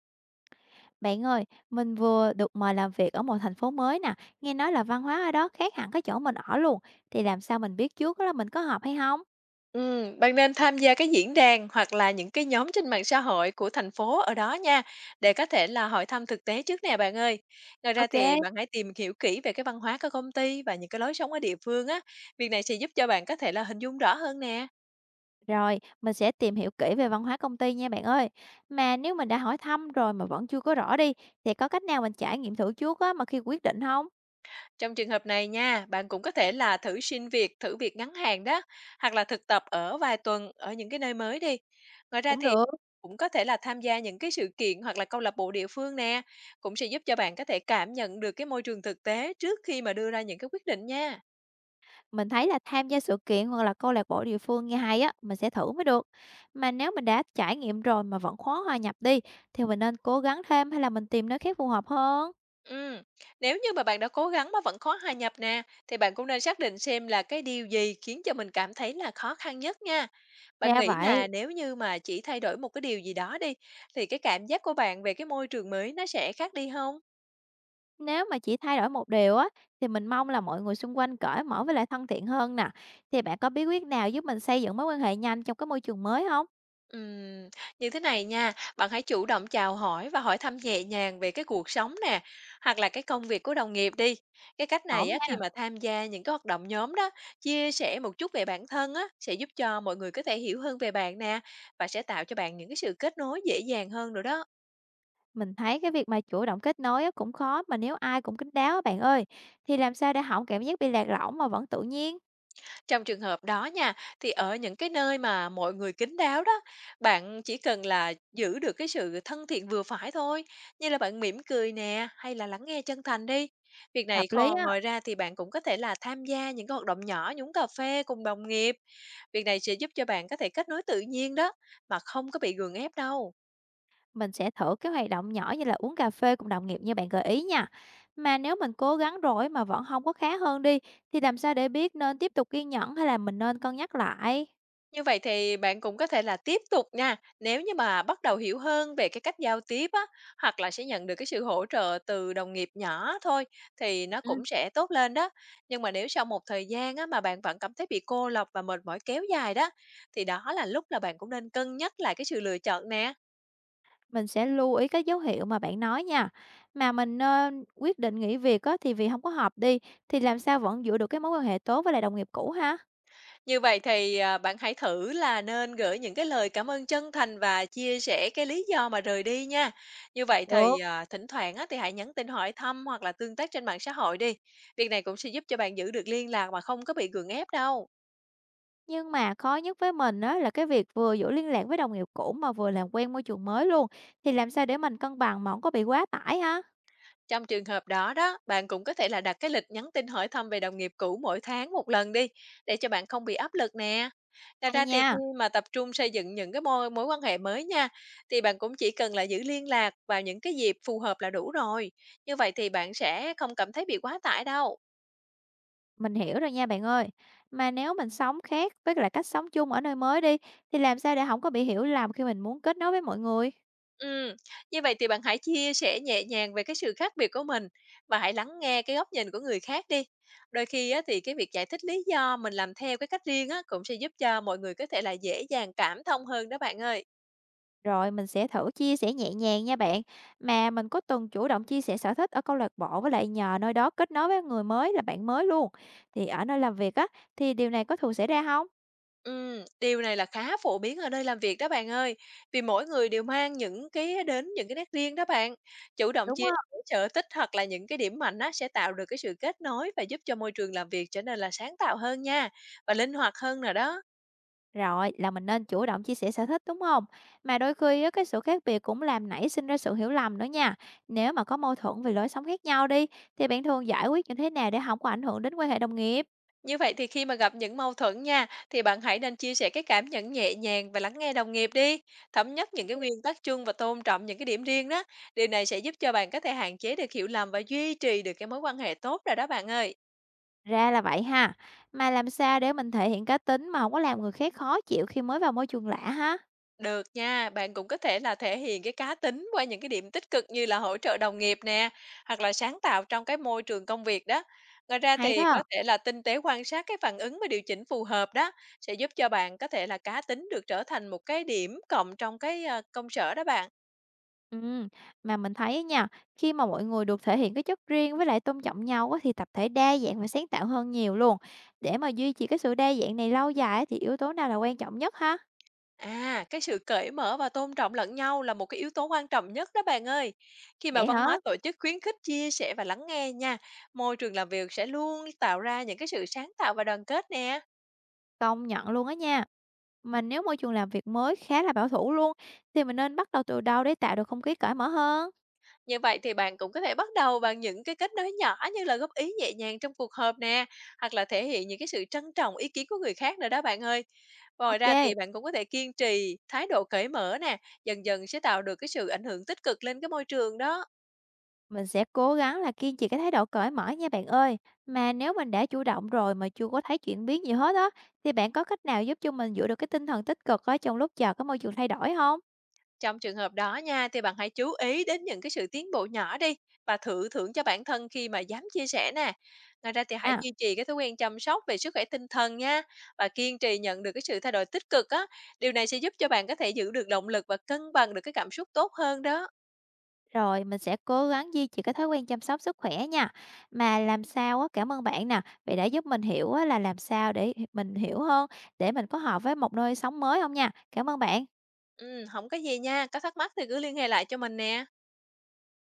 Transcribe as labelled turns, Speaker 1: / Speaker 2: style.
Speaker 1: Bạn ơi, mình vừa được mời làm việc ở một thành phố mới nè, nghe nói là văn hóa ở đó khác hẳn cái chỗ mình ở luôn, thì làm sao mình biết trước là mình có hợp hay không?
Speaker 2: Bạn nên tham gia cái diễn đàn hoặc là những cái nhóm trên mạng xã hội của thành phố ở đó nha, để có thể là hỏi thăm thực tế trước nè bạn ơi. Ngoài ra
Speaker 1: Ok,
Speaker 2: thì bạn hãy tìm hiểu kỹ về cái văn hóa của công ty và những cái lối sống ở địa phương á. Việc này sẽ giúp cho bạn có thể là hình dung rõ hơn nè.
Speaker 1: rồi, mình sẽ tìm hiểu kỹ về văn hóa công ty nha bạn ơi. Mà nếu mình đã hỏi thăm rồi mà vẫn chưa có rõ đi, thì có cách nào mình trải nghiệm thử trước á mà khi quyết định không?
Speaker 2: Trong trường hợp này nha, bạn cũng có thể là thử xin việc, thử việc ngắn hạn đó, hoặc là thực tập ở vài tuần ở những cái nơi mới đi. Ngoài ra
Speaker 1: Cũng
Speaker 2: thì
Speaker 1: được,
Speaker 2: cũng có thể là tham gia những cái sự kiện hoặc là câu lạc bộ địa phương nè, cũng sẽ giúp cho bạn có thể cảm nhận được cái môi trường thực tế trước khi mà đưa ra những cái quyết định nha.
Speaker 1: mình thấy là tham gia sự kiện hoặc là câu lạc bộ địa phương nghe hay á, mình sẽ thử mới được. Mà nếu mình đã trải nghiệm rồi mà vẫn khó hòa nhập đi, thì mình nên cố gắng thêm hay là mình tìm nơi khác phù hợp hơn?
Speaker 2: Ừ, nếu như mà bạn đã cố gắng mà vẫn khó hòa nhập nè, thì bạn cũng nên xác định xem là cái điều gì khiến cho mình cảm thấy là khó khăn nhất nha. Bạn
Speaker 1: Ra
Speaker 2: nghĩ
Speaker 1: vậy.
Speaker 2: là nếu như mà chỉ thay đổi một cái điều gì đó đi, thì cái cảm giác của bạn về cái môi trường mới nó sẽ khác đi không?
Speaker 1: Nếu mà chỉ thay đổi một điều á, thì mình mong là mọi người xung quanh cởi mở với lại thân thiện hơn nè. Thì bạn có bí quyết nào giúp mình xây dựng mối quan hệ nhanh trong cái môi trường mới không?
Speaker 2: Ừm, Như thế này nha, bạn hãy chủ động chào hỏi và hỏi thăm nhẹ nhàng về cái cuộc sống nè, hoặc là cái công việc của đồng nghiệp đi. Cái cách
Speaker 1: Ổn
Speaker 2: này á, khi
Speaker 1: nha.
Speaker 2: mà tham gia những cái hoạt động nhóm đó, chia sẻ một chút về bản thân á, sẽ giúp cho mọi người có thể hiểu hơn về bạn nè, và sẽ tạo cho bạn những cái sự kết nối dễ dàng hơn nữa đó.
Speaker 1: Mình thấy cái việc mà chủ động kết nối á cũng khó, mà nếu ai cũng kín đáo á bạn ơi, thì làm sao để hổng cảm giác bị lạc lõng mà vẫn tự nhiên?
Speaker 2: Trong trường hợp đó nha, thì ở những cái nơi mà mọi người kín đáo đó, bạn chỉ cần là giữ được cái sự thân thiện vừa phải thôi, như là bạn mỉm cười nè, hay là lắng nghe chân thành đi. Việc này
Speaker 1: Hợp lý
Speaker 2: còn
Speaker 1: á,
Speaker 2: ngoài ra thì bạn cũng có thể là tham gia những cái hoạt động nhỏ nhúng cà phê cùng đồng nghiệp. Việc này sẽ giúp cho bạn có thể kết nối tự nhiên đó, mà không có bị gượng ép đâu.
Speaker 1: mình sẽ thử cái hoạt động nhỏ như là uống cà phê cùng đồng nghiệp như bạn gợi ý nha. Mà nếu mình cố gắng rồi mà vẫn không có khá hơn đi, thì làm sao để biết nên tiếp tục kiên nhẫn hay là mình nên cân nhắc lại?
Speaker 2: Như vậy thì bạn cũng có thể là tiếp tục nha, nếu như mà bắt đầu hiểu hơn về cái cách giao tiếp á, hoặc là sẽ nhận được cái sự hỗ trợ từ đồng nghiệp nhỏ thôi thì nó
Speaker 1: Ừm.
Speaker 2: cũng sẽ tốt lên đó. Nhưng mà nếu sau một thời gian á, mà bạn vẫn cảm thấy bị cô lập và mệt mỏi kéo dài đó, thì đó là lúc là bạn cũng nên cân nhắc lại cái sự lựa chọn nè.
Speaker 1: Mình sẽ lưu ý các dấu hiệu mà bạn nói nha. Mà mình nên quyết định nghỉ việc á, thì vì không có hợp đi, thì làm sao vẫn giữ được cái mối quan hệ tốt với lại đồng nghiệp cũ ha?
Speaker 2: Như vậy thì, à, bạn hãy thử là nên gửi những cái lời cảm ơn chân thành và chia sẻ cái lý do mà rời đi nha. Như vậy thì,
Speaker 1: Được.
Speaker 2: à, thỉnh thoảng á, thì hãy nhắn tin hỏi thăm hoặc là tương tác trên mạng xã hội đi. Việc này cũng sẽ giúp cho bạn giữ được liên lạc mà không có bị gượng ép đâu.
Speaker 1: Nhưng mà khó nhất với mình á, là cái việc vừa giữ liên lạc với đồng nghiệp cũ mà vừa làm quen môi trường mới luôn, thì làm sao để mình cân bằng mà không có bị quá tải ha?
Speaker 2: Trong trường hợp đó đó, bạn cũng có thể là đặt cái lịch nhắn tin hỏi thăm về đồng nghiệp cũ mỗi tháng một lần đi, để cho bạn không bị áp lực nè. Ngoài
Speaker 1: Hay
Speaker 2: ra thì khi
Speaker 1: nha.
Speaker 2: mà tập trung xây dựng những cái mối quan hệ mới nha, thì bạn cũng chỉ cần là giữ liên lạc vào những cái dịp phù hợp là đủ rồi. Như vậy thì bạn sẽ không cảm thấy bị quá tải đâu.
Speaker 1: Mình hiểu rồi nha bạn ơi. Mà nếu mình sống khác với lại cách sống chung ở nơi mới đi, thì làm sao để không có bị hiểu lầm khi mình muốn kết nối với mọi người?
Speaker 2: Ừm, Như vậy thì bạn hãy chia sẻ nhẹ nhàng về cái sự khác biệt của mình và hãy lắng nghe cái góc nhìn của người khác đi. Đôi khi á, thì cái việc giải thích lý do mình làm theo cái cách riêng á, cũng sẽ giúp cho mọi người có thể là dễ dàng cảm thông hơn đó bạn ơi.
Speaker 1: Rồi, mình sẽ thử chia sẻ nhẹ nhàng nha bạn. Mà mình có từng chủ động chia sẻ sở thích ở câu lạc bộ với lại nhờ nơi đó kết nối với người mới là bạn mới luôn. Thì ở nơi làm việc á, thì điều này có thường xảy ra không?
Speaker 2: Điều này là khá phổ biến ở nơi làm việc đó bạn ơi, vì mỗi người đều mang những cái đến những cái nét riêng đó bạn. Chủ động
Speaker 1: Đúng
Speaker 2: chia
Speaker 1: không?
Speaker 2: sẻ sở thích hoặc là những cái điểm mạnh á, sẽ tạo được cái sự kết nối và giúp cho môi trường làm việc trở nên là sáng tạo hơn nha và linh hoạt hơn nào đó.
Speaker 1: Rồi, là mình nên chủ động chia sẻ sở thích đúng không? Mà đôi khi á, cái sự khác biệt cũng làm nảy sinh ra sự hiểu lầm nữa nha. Nếu mà có mâu thuẫn về lối sống khác nhau đi, thì bạn thường giải quyết như thế nào để không có ảnh hưởng đến quan hệ đồng nghiệp?
Speaker 2: Như vậy thì khi mà gặp những mâu thuẫn nha, thì bạn hãy nên chia sẻ cái cảm nhận nhẹ nhàng và lắng nghe đồng nghiệp đi. Thống nhất những
Speaker 1: Ok.
Speaker 2: cái nguyên tắc chung và tôn trọng những cái điểm riêng đó. Điều này sẽ giúp cho bạn có thể hạn chế được hiểu lầm và duy trì được cái mối quan hệ tốt rồi đó bạn ơi.
Speaker 1: Ra là vậy ha. Mà làm sao để mình thể hiện cá tính mà không có làm người khác khó chịu khi mới vào môi trường lạ ha?
Speaker 2: Được nha, bạn cũng có thể là thể hiện cái cá tính qua những cái điểm tích cực như là hỗ trợ đồng nghiệp nè, hoặc là sáng tạo trong cái môi trường công việc đó. Ngoài ra
Speaker 1: Hay
Speaker 2: thì
Speaker 1: đó!
Speaker 2: có thể là tinh tế quan sát cái phản ứng và điều chỉnh phù hợp đó sẽ giúp cho bạn có thể là cá tính được trở thành một cái điểm cộng trong cái công sở đó bạn.
Speaker 1: Ừm, mà mình thấy á nha, khi mà mọi người được thể hiện cái chất riêng với lại tôn trọng nhau á, thì tập thể đa dạng và sáng tạo hơn nhiều luôn. Để mà duy trì cái sự đa dạng này lâu dài á, thì yếu tố nào là quan trọng nhất ha?
Speaker 2: À, cái sự cởi mở và tôn trọng lẫn nhau là một cái yếu tố quan trọng nhất đó bạn ơi. Khi mà
Speaker 1: Vậy
Speaker 2: văn
Speaker 1: hả?
Speaker 2: hóa tổ chức khuyến khích chia sẻ và lắng nghe nha, môi trường làm việc sẽ luôn tạo ra những cái sự sáng tạo và đoàn kết nè.
Speaker 1: Công nhận luôn á nha. Mà nếu môi trường làm việc mới khá là bảo thủ luôn, thì mình nên bắt đầu từ đâu để tạo được không khí cởi mở hơn?
Speaker 2: Như vậy thì bạn cũng có thể bắt đầu bằng những cái kết nối nhỏ như là góp ý nhẹ nhàng trong cuộc họp nè, hoặc là thể hiện những cái sự trân trọng ý kiến của người khác nữa đó bạn ơi. Ngoài ra thì
Speaker 1: Ok.
Speaker 2: bạn cũng có thể kiên trì thái độ cởi mở nè, dần dần sẽ tạo được cái sự ảnh hưởng tích cực lên cái môi trường đó.
Speaker 1: Mình sẽ cố gắng là kiên trì cái thái độ cởi mở nha bạn ơi. Mà nếu mình đã chủ động rồi mà chưa có thấy chuyển biến gì hết á, thì bạn có cách nào giúp cho mình giữ được cái tinh thần tích cực ở trong lúc chờ cái môi trường thay đổi không?
Speaker 2: Trong trường hợp đó nha, thì bạn hãy chú ý đến những cái sự tiến bộ nhỏ đi và thử thưởng cho bản thân khi mà dám chia sẻ nè. Ngoài ra thì hãy
Speaker 1: À,
Speaker 2: duy trì cái thói quen chăm sóc về sức khỏe tinh thần nha và kiên trì nhận được cái sự thay đổi tích cực á. Điều này sẽ giúp cho bạn có thể giữ được động lực và cân bằng được cái cảm xúc tốt hơn đó.
Speaker 1: rồi mình sẽ cố gắng duy trì cái thói quen chăm sóc sức khỏe nha. Mà làm sao á, cảm ơn bạn nè, vì đã giúp mình hiểu á, là làm sao để mình hiểu hơn, để mình có hợp với một nơi sống mới không nha. Cảm ơn bạn.
Speaker 2: Ừ, không có gì nha, có thắc mắc thì cứ liên hệ lại cho mình nè.